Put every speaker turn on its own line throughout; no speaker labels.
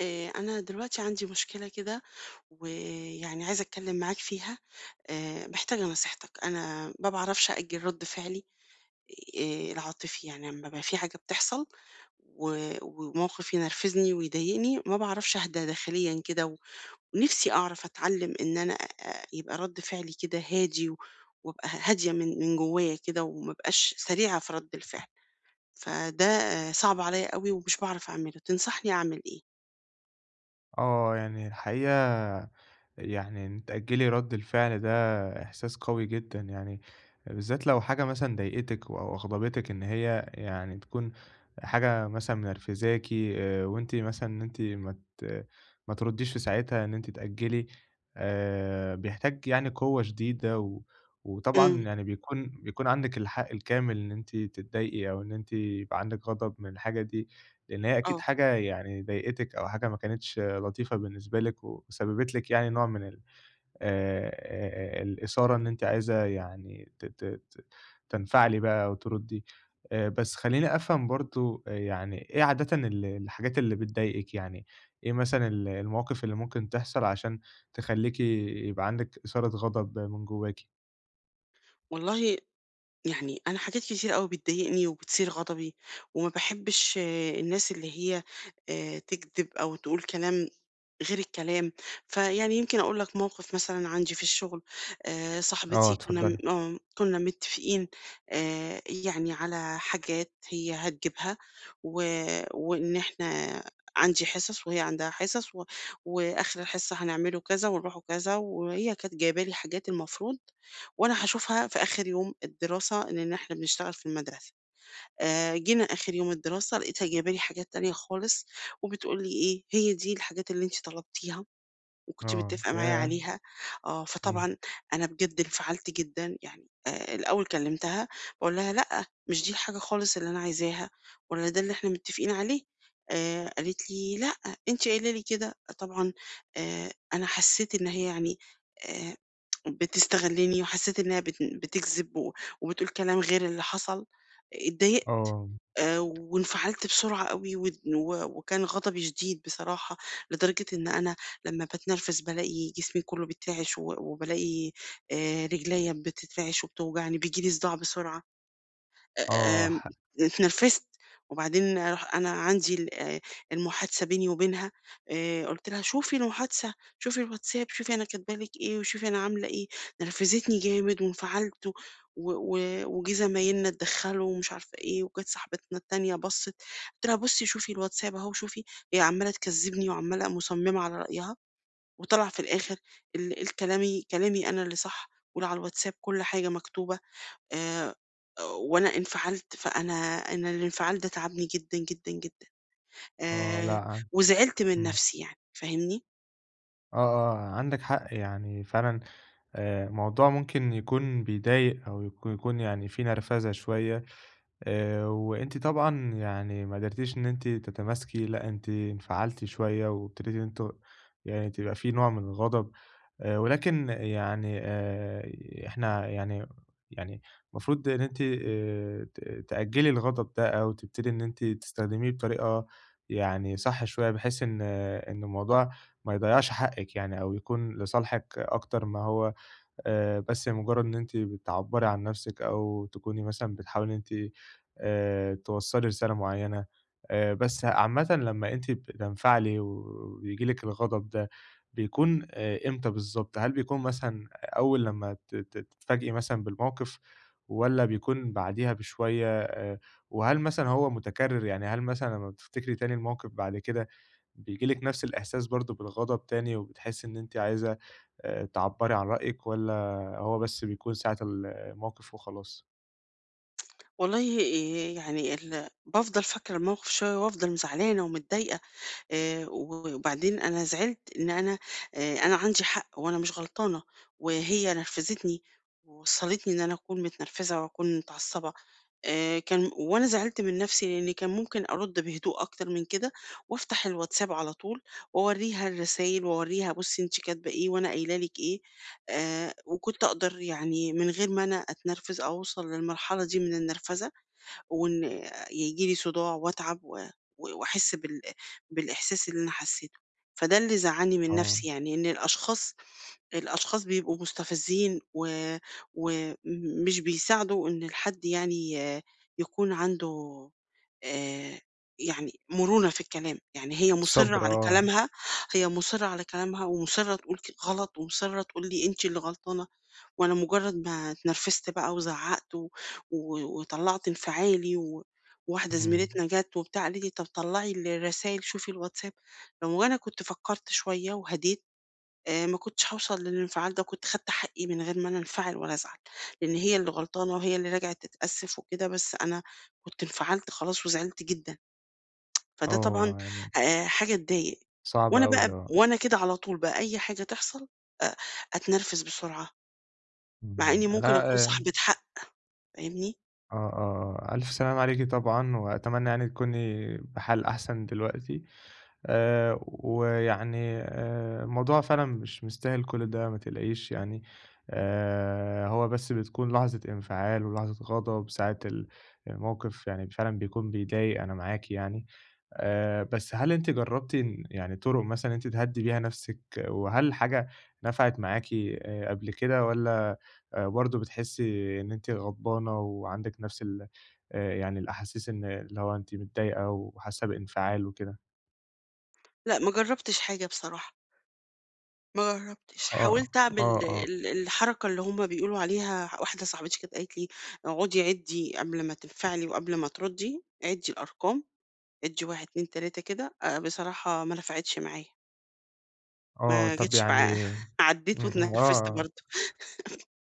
أنا دلوقتي عندي مشكلة كده، ويعني عايزة أتكلّم معاك فيها، محتاجة نصيحتك، أنا ما باعرفش أأجّل رَد فعلي العاطفي، يعني أمّا يبقى في حاجة بتحصل و وموقِف ينرفزني ويضايقني، ما باعرفش أهدى داخليًا كده ونفسي أعرف أتعلّم إن يبقى رَد فعلي كده هادي وأبقى هادية من جوّايا كده وما أبقاش سريعة في رَد الفعل، فده آه، صعب عليّا أوي ومش باعرف أعمله، تنصحني أعمل إيه؟
آه، يعني الحقيقة، يعني إن تأجّلي رَد الفعل ده إحساس قوي جدًا. يعني بالذات لو حاجة مثلًا ضايقتِك أو أغضبتِك، إن هي يعني تكون حاجة مثلًا منرفزاكِ، وأنتِ مثلًا، إن أنتِ ما تردّيش في ساعتها، إن أنتِ تأجّلي. بيحتاج يعني قوة شديدة، وطبعًا
إمم.
يعني بيكون عندِك الحق الكامل إن أنتِ تتضايقي، أو إن أنتِ يبقى عندِك غضب من الحاجة دي. لإن هي أكيد
آه.
حاجة يعني ضايقتِك، أو حاجة ما كانتش لطيفة بالنسبة لِك، وسببت لِك يعني نوع من ال آآ الإثارة. إن أنتِ عايزة يعني ت ت ت تنفعلي بقى وتردّي. بس خلّيني أفهم برضه، يعني إيه عادةً الحاجات اللي بتضايقِك؟ يعني إيه مثلًا المواقف اللي ممكن تحصل عشان تخلّيكِ يبقى عندِك إثارة غضب من جواكِ؟
والله، يعني أنا حاجات كتير أوي بتضايقني وبتثير غضبي وما باحبش آه، الناس اللي هي آه، تكذب أو تقول كلام غير الكلام، فيعني يمكن أقول لك موقف مثلًا عندي في الشغل.
آه،
صاحبتي كنا
اتفضّلي.
م آه، كنا متفقين يعني على حاجات هي هتجيبها و وإن عندي حصص وهي عندها حصص وآخر الحصة هنعمله كذا ونروحوا كذا، وهي كانت جايبة لي حاجات المفروض وأنا هاشوفها في آخر يوم الدراسة لإن إحنا بنشتغل في المدرسة. جينا آخر يوم الدراسة لقيتها جايبة لي حاجات تانية خالص، وبتقول لي إيه: "هي دي الحاجات اللي أنتِ طلبتيها وكنتِ
آه،
متفقة معايا
ياه!
عليها." آه،
إمم.
فطبعًا أنا بجد انفعلت جدًا، يعني الأول كلمتها باقول لها: "لأ، مش دي الحاجة خالص اللي أنا عايزاها ولا ده اللي إحنا متفقين عليه." قالت لي: "لأ، أنتِ قايلة لي كده." طبعًا أنا حسيت إن هي يعني آآ، بتستغلني وحسيت إنها بتكذب وبتقول كلام غير اللي حصل، اتضايقت.
آه،
وانفعلت بسرعة أوي ود و وكان غضبي شديد بصراحة، لدرجة إن أنا لمّا باتنرفز بالاقي جسمي كُلّه بيترعش وبالاقي رجليّا بتترعش وبتوجعني، بييجي لي صداع بسرعة.
آه،
آمم اتنرفزت، وبعدين راح أنا عندي ال المحادثة بيني وبينها. قُلت لها: "شوفي المحادثة، شوفي الواتساب، شوفي أنا كاتبة لِك إيه، وشوفي أنا عاملة إيه." نرفزتني جامد وانفعلت و و وجه زمايلنا اتدخّلوا ومش عارفة إيه، وكانت صاحبتنا التانية بصّت، قُلت لها: "بُصّي شوفي الواتساب أهو شوفي." هي عمّالة تكذّبني وعمّالة مصممة على رأيها، وطلع في الآخر الكلامي كلامي أنا اللي صح، واللي على الواتساب كل حاجة مكتوبة. آآ وأنا انفعلت، فأنا الانفعال ده تعبني جدًا، جدًا، جدًا.
آه،
آآ
لأ،
وزعلت من
إمم.
نَفْسي، يعني فاهمني؟
آه، آه، عندك حق يعني فعلًا. موضوع ممكن يكون بيضايق، أو يكون يعني في نرفزة شوية. وأنتِ طبعًا يعني ما قدرتيش إن أنتِ تتماسكي، لأ أنتِ انفعلتِ شوية، وابتديتِ إن أنتم يعني تبقى في نوع من الغضب، ولكن يعني، إحنا يعني المفروض إن أنتِ ت تأجّلي الغضب ده، أو تبتدي إن أنتِ تستخدميه بطريقة يعني صح شوية، بحيث إن إن الموضوع ما يضيّعش حقِّك، يعني أو يكون لصالحِك أكتر ما هو. بس مجرد إن أنتِ بتعبّري عن نفسِك، أو تكوني مثلًا بتحاولي إن أنتِ توصّلي رسالة معيّنة. بس عامةً لمّا أنتِ بتنفعلي وبييجي لِك الغضب ده، بيكون إمتى بالضبط؟ هل بيكون مثلًا أول لمّا ت ت تتفاجئي مثلًا بالموقف، والّا بيكون بعديها بشوية، وهل مثلًا هو متكرر؟ يعني هل مثلًا لمّا بتفتكري تاني الموقف بعد كده بييجي لِك نفس الإحساس برضه بالغضب تاني، وبتحسّي إن أنتِ عايزة تعبّري عن رأيِك، والّا هو بس بيكون ساعة الموقف وخلاص؟
والله يعني بافضل فاكرة الموقف شوية وافضل زعلانة ومتضايقة، وبعدين أنا زعلت إن أنا أنا عندي حق وأنا مش غلطانة وهي نرفزتني ووصّلتني إن أنا أكون متنرفزة وأكون متعصبة. كان وأنا زعلت من نَفْسي لإن كان ممكن أرُد بهدوء أكتر من كده وأفتح الواتساب على طول وأورّيها الرسايل وأورّيها بُصّي أنتِ كاتبة إيه وأنا قايله لِك إيه، وكنت أقدر يعني من غير ما أنا أتنرفز أو أوصل للمرحلة دي من النرفزة وإن ييجي لي صداع وأتعب و و وأحس بالإحساس اللي أنا حسّيته. فده اللي زعّلني من
آه،
نَفْسي، يعني إن الأشخاص بيبقوا مستفزين ومش بيساعدوا إن الحد يعني آه، يكون عنده آآ يعني مرونة في الكلام، يعني هي مُصِرّة
الصبر.
على
آه،
كلامها، هي مُصِرّة على كلامها ومُصِرّة تقول ك غلط ومُصِرّة تقول لي أنتِ اللي غلطانة، وأنا مجرد ما اتنرفزت بقى وزعّقت وطلّعت انفعالي وواحدة
إمم،
زميلتنا جات وبتاع قالت لي: "طب طلّعي الرسايل شوفي الواتساب." رغم إن أنا كنت فكّرت شوية وهديت ما كنتش هاوصل للانفعال ده، كنت خدت حقّي من غير ما أنا أنفعل ولا أزعل، لإن هي اللي غلطانة وهي اللي رجعت تتأسف وكده، بس أنا كنت انفعلت خلاص وزعلت جدًا، فده طبعًا
آه، يعني
حاجة تضايق.
صعب
وأنا
أوي.
بقى
آه،
وأنا كده على طول بقى أي حاجة تحصل أ أتنرفز بسرعة، مع
إمم،
إني ممكن
أنا
أكون صاحبة حق، فاهمني؟
آه، آه، ألف سلامة عليكِ طبعًا، وأتمنى يعني تكوني بحال أحسن دلوقتي. ويعني، الموضوع فعلًا مش مستاهل كل ده، ما تقلقيش يعني. هو بس بتكون لحظة انفعال ولحظة غضب ساعة الموقف، يعني فعلًا بيكون بيضايق، أنا معاكِ يعني. بس هل أنتِ جرّبتِ إن يعني طُرق مثلًا أنتِ تهدّي بيها نَفْسِك، وهل حاجة نفعت معاكِ قبل كده، والّا برضه بتحسّي إن أنتِ غضبانة وعندِك نَفْس ال يعني الأحاسيس، إن اللي هو أنتِ متضايقة وحاسة بانفعال وكده؟
لأ، ما جرّبتش حاجة بصراحة. ما جرّبتش،
آه،
حاولت
آه،
أعمل
آه،
الحركة اللي هُم بيقولوا عليها، واحدة صاحبتي كانت قالت لي: "اقعدي عدّي قبل ما تنفعلي وقبل ما تردّي، عدّي الأرقام، عدّي 1، 2، 3" كده. بصراحة ما نفعتش معايا،
آه،
ما
طَب
جاتش معايا
يعني.
عدّيت
إمم، إمم، آه،
واتنرفزت
آه.
برضه،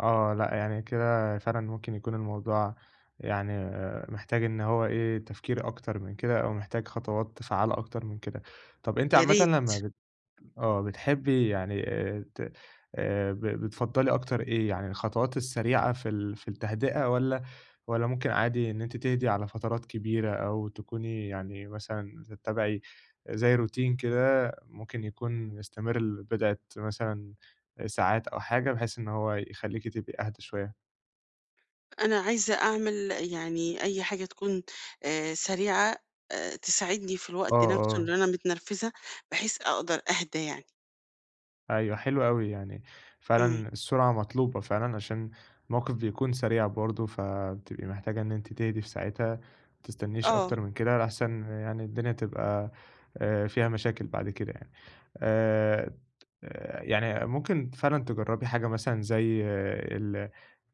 آه، لأ، يعني كده فعلًا ممكن يكون الموضوع يعني محتاج إن هو إيه، تفكير أكتر من كده، أو محتاج خطوات فعّالة أكتر من كده. طَب أنتِ
يا
عامةً
ريت.
لمّا بتحبي، يعني ت ب بتفضّلي أكتر إيه؟ يعني الخطوات السريعة في التهدئة، والّا ممكن عادي إن أنتِ تهدي على فترات كبيرة، أو تكوني يعني مثلًا تتّبعي زي روتين كده، ممكن يكون يستمر لبضعة مثلًا ساعات أو حاجة، بحيث إن هو يخلّيكِ تبقي أهدى شوية؟
أنا عايزة أعمل يعني أي حاجة تكون سريعة، تساعدني في
آه،
الوقت نفسه
آه.
اللي أنا متنرفزة، بحيث أقدر أهدى يعني.
أيوه، حلو أوي. يعني
إمم.
فعلًا السرعة مطلوبة فعلًا، عشان الموقف بيكون سريع برضه، فبتبقي محتاجة إن أنتِ تهدي في ساعتها، ما تستنيش
آه.
أكتر من كده لأحسن يعني الدنيا تبقى فيها مشاكل بعد كده يعني. آآ، يعني ممكن فعلًا تجرّبي حاجة مثلًا زي آه، ال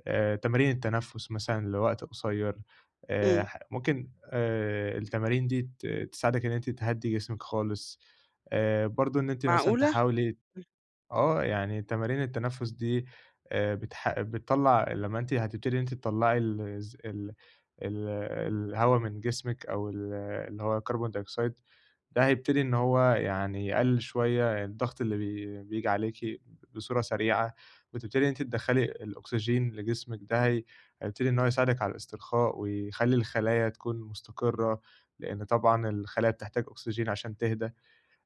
تمارين التنفس مثلًا لوقت قصير.
إمم.
ح ممكن التمارين دي تساعدِك إن أنتِ تهدّي جسمِك خالص. برضه إن أنتِ مثلًا
معقولة؟
تحاولي يعني تمارين التنفس دي بتح بتطلّع لمّا أنتِ هتبتدي إن أنتِ تطلّعي الز ال ال الهوا من جسمِك، أو اللي هو الكربون دايوكسيد. ده هيبتدي إن هو يعني يقلل شوية الضغط اللي بييجي عليكِ بصورة سريعة، وتبتدي إن أنتِ تدخّلي الأكسجين لجسمِك. ده هيبتدي إن هو يساعدِك على الاسترخاء، ويخلّي الخلايا تكون مستقرة، لإن طبعًا الخلايا بتحتاج أكسجين عشان تهدى.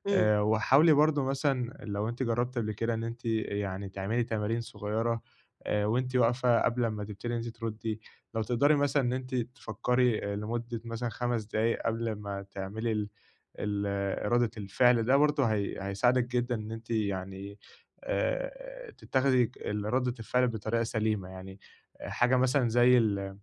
إمم.
وحاولي برضه مثلًا لو أنتِ جرّبتِ قبل كده إن أنتِ يعني تعملي تمارين صغيّرة، وأنتِ واقفة قبل أمّا تبتدي إن أنتِ تردّي. لو تقدري مثلًا إن أنتِ تفكّري لمدة مثلًا 5 دقايق قبل ما تعملي ال ال آه، إرادة الفعل ده، برضه هيساعدِك جدًا إن أنتِ يعني تتّخذي ردة الفعل بطريقة سليمة. يعني حاجة مثلًا زي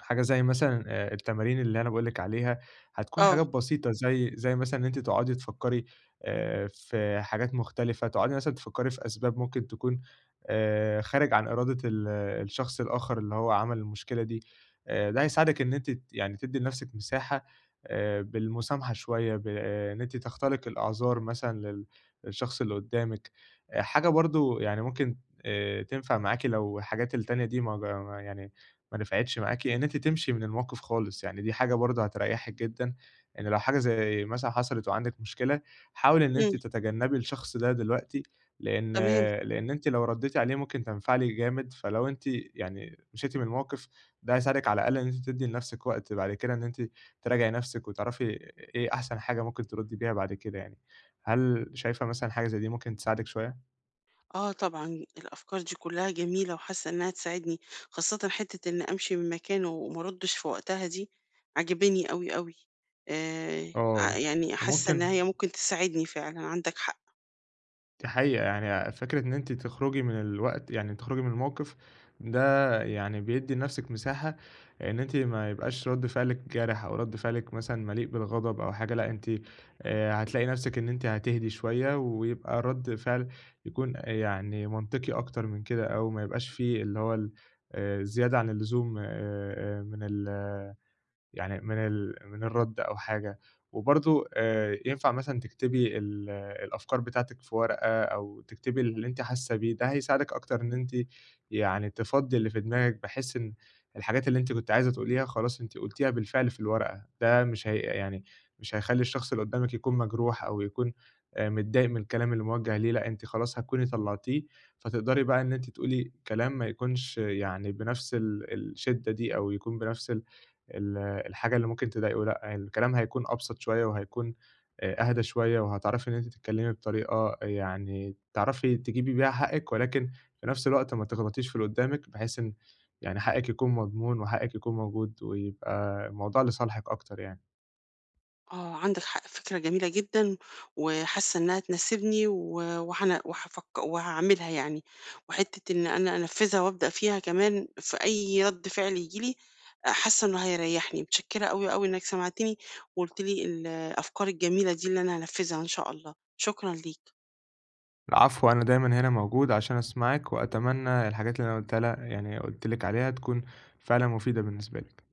حاجة، زي مثلًا التمارين اللي أنا باقول لِك عليها، هتكون
آه.
حاجات بسيطة، زي مثلًا إن أنتِ تقعدي تفكّري في حاجات مختلفة، تقعدي مثلًا تفكّري في أسباب ممكن تكون خارج عن إرادة الشخص الآخر اللي هو عمل المشكلة دي. ده هيساعدِك إن أنتِ يعني تدّي لنفسِك مساحة بالمسامحة شوية، بإن أنتِ تختلقي الأعذار مثلًا للشخص اللي قدّامِك. حاجة برضه يعني ممكن تنفع معاكِ لو الحاجات التانية دي ما يعني ما نفعتش معاكِ، إن أنتِ تمشي من الموقف خالص، يعني دي حاجة برضه هتريحِك جدًا. إن لو حاجة زي مثلًا حصلت وعندِك مشكلة، حاولي إن
إمم.
أنتِ تتجنبي الشخص ده دلوقتي، لإن
تمام.
لإن أنتِ لو رديتِ عليه ممكن تنفعلي جامد، فلو أنتِ يعني مشيتِ من الموقف ده هيساعدِك على الأقل إن أنتِ تدّي لنفسِك وقت بعد كده، إن أنتِ تراجعي نفسِك وتعرفي إيه أحسن حاجة ممكن تردي بيها بعد كده يعني. هل شايفة مثلًا حاجة زي دي ممكن تساعدِك شوية؟
آه طبعًا، الأفكار دي كلها جميلة وحاسة إنها تساعدني، خاصةً حتة إن أمشي من مكان وما أردش في وقتها دي عاجباني أوي، أوي. ع
آه،
يعني حاسة إن
وممكن
هي ممكن تساعدني فعلًا، عندك حق.
دي حقيقة. يعني فكرة إن أنتِ تخرجي من الوقت، يعني تخرجي من الموقف ده، يعني بيدّي لنفسِك مساحة إن أنتِ ما يبقاش رَد فعلِك جارح، أو رَد فعلِك مثلًا مليء بالغضب أو حاجة، لأ أنتِ هتلاقي نفسِك إن أنتِ هتهدي شوية، ويبقى رَد فعل يكون يعني منطقي أكتر من كده، أو ما يبقاش في اللي هو ال زيادة عن اللزوم من ال يعني من الرد أو حاجة. وبرضه ينفع مثلًا تكتبي الأفكار بتاعتِك في ورقة، أو تكتبي اللي أنتِ حاسة بيه، ده هيساعدِك أكتر إن أنتِ يعني تفضّي اللي في دماغِك، بحيث إن الحاجات اللي أنتِ كنتِ عايزة تقوليها، خلاص أنتِ قُلتيها بالفعل في الورقة. ده مش هي يعني مش هيخلّي الشخص اللي قدّامِك يكون مجروح، أو يكون متضايق من الكلام اللي موجّه ليه، لأ أنتِ خلاص هتكوني طلّعتيه. فتقدري بقى إن أنتِ تقولي كلام ما يكونش يعني بنفس الشدة دي، أو يكون بنفس ال ال الحاجة اللي ممكن تضايقه، لأ، يعني الكلام هيكون أبسط شوية وهيكون أهدى شوية، وهتعرفي إن أنتِ تتكلمي بطريقة يعني تعرفي تجيبي بيها حقِّك، ولكن في نفس الوقت ما تغلطيش في اللي قدّامِك، بحيث إن يعني حقِّك يكون مضمون وحقِّك يكون موجود، ويبقى الموضوع لصالحِك أكتر يعني.
آه، عندك حق، فكرة جميلة جدًا، وحاسة إنها تناسبني و وهن وهافك وهاعملها يعني، وحتة إن أنا أنفذها وأبدأ فيها كمان في أي رد فعل ييجي لي، حاسة إنه هيريحني، متشكرة أوي، أوي إنك سمعتني وقُلت لي الأفكار الجميلة دي اللي أنا هانفذها إن شاء الله، شكرًا ليك.
العفو، أنا دايمًا هنا موجود عشان أسمعِك، وأتمنى الحاجات اللي أنا قُلتها يعني قُلت لِك عليها تكون فعلًا مفيدة بالنسبة لِك.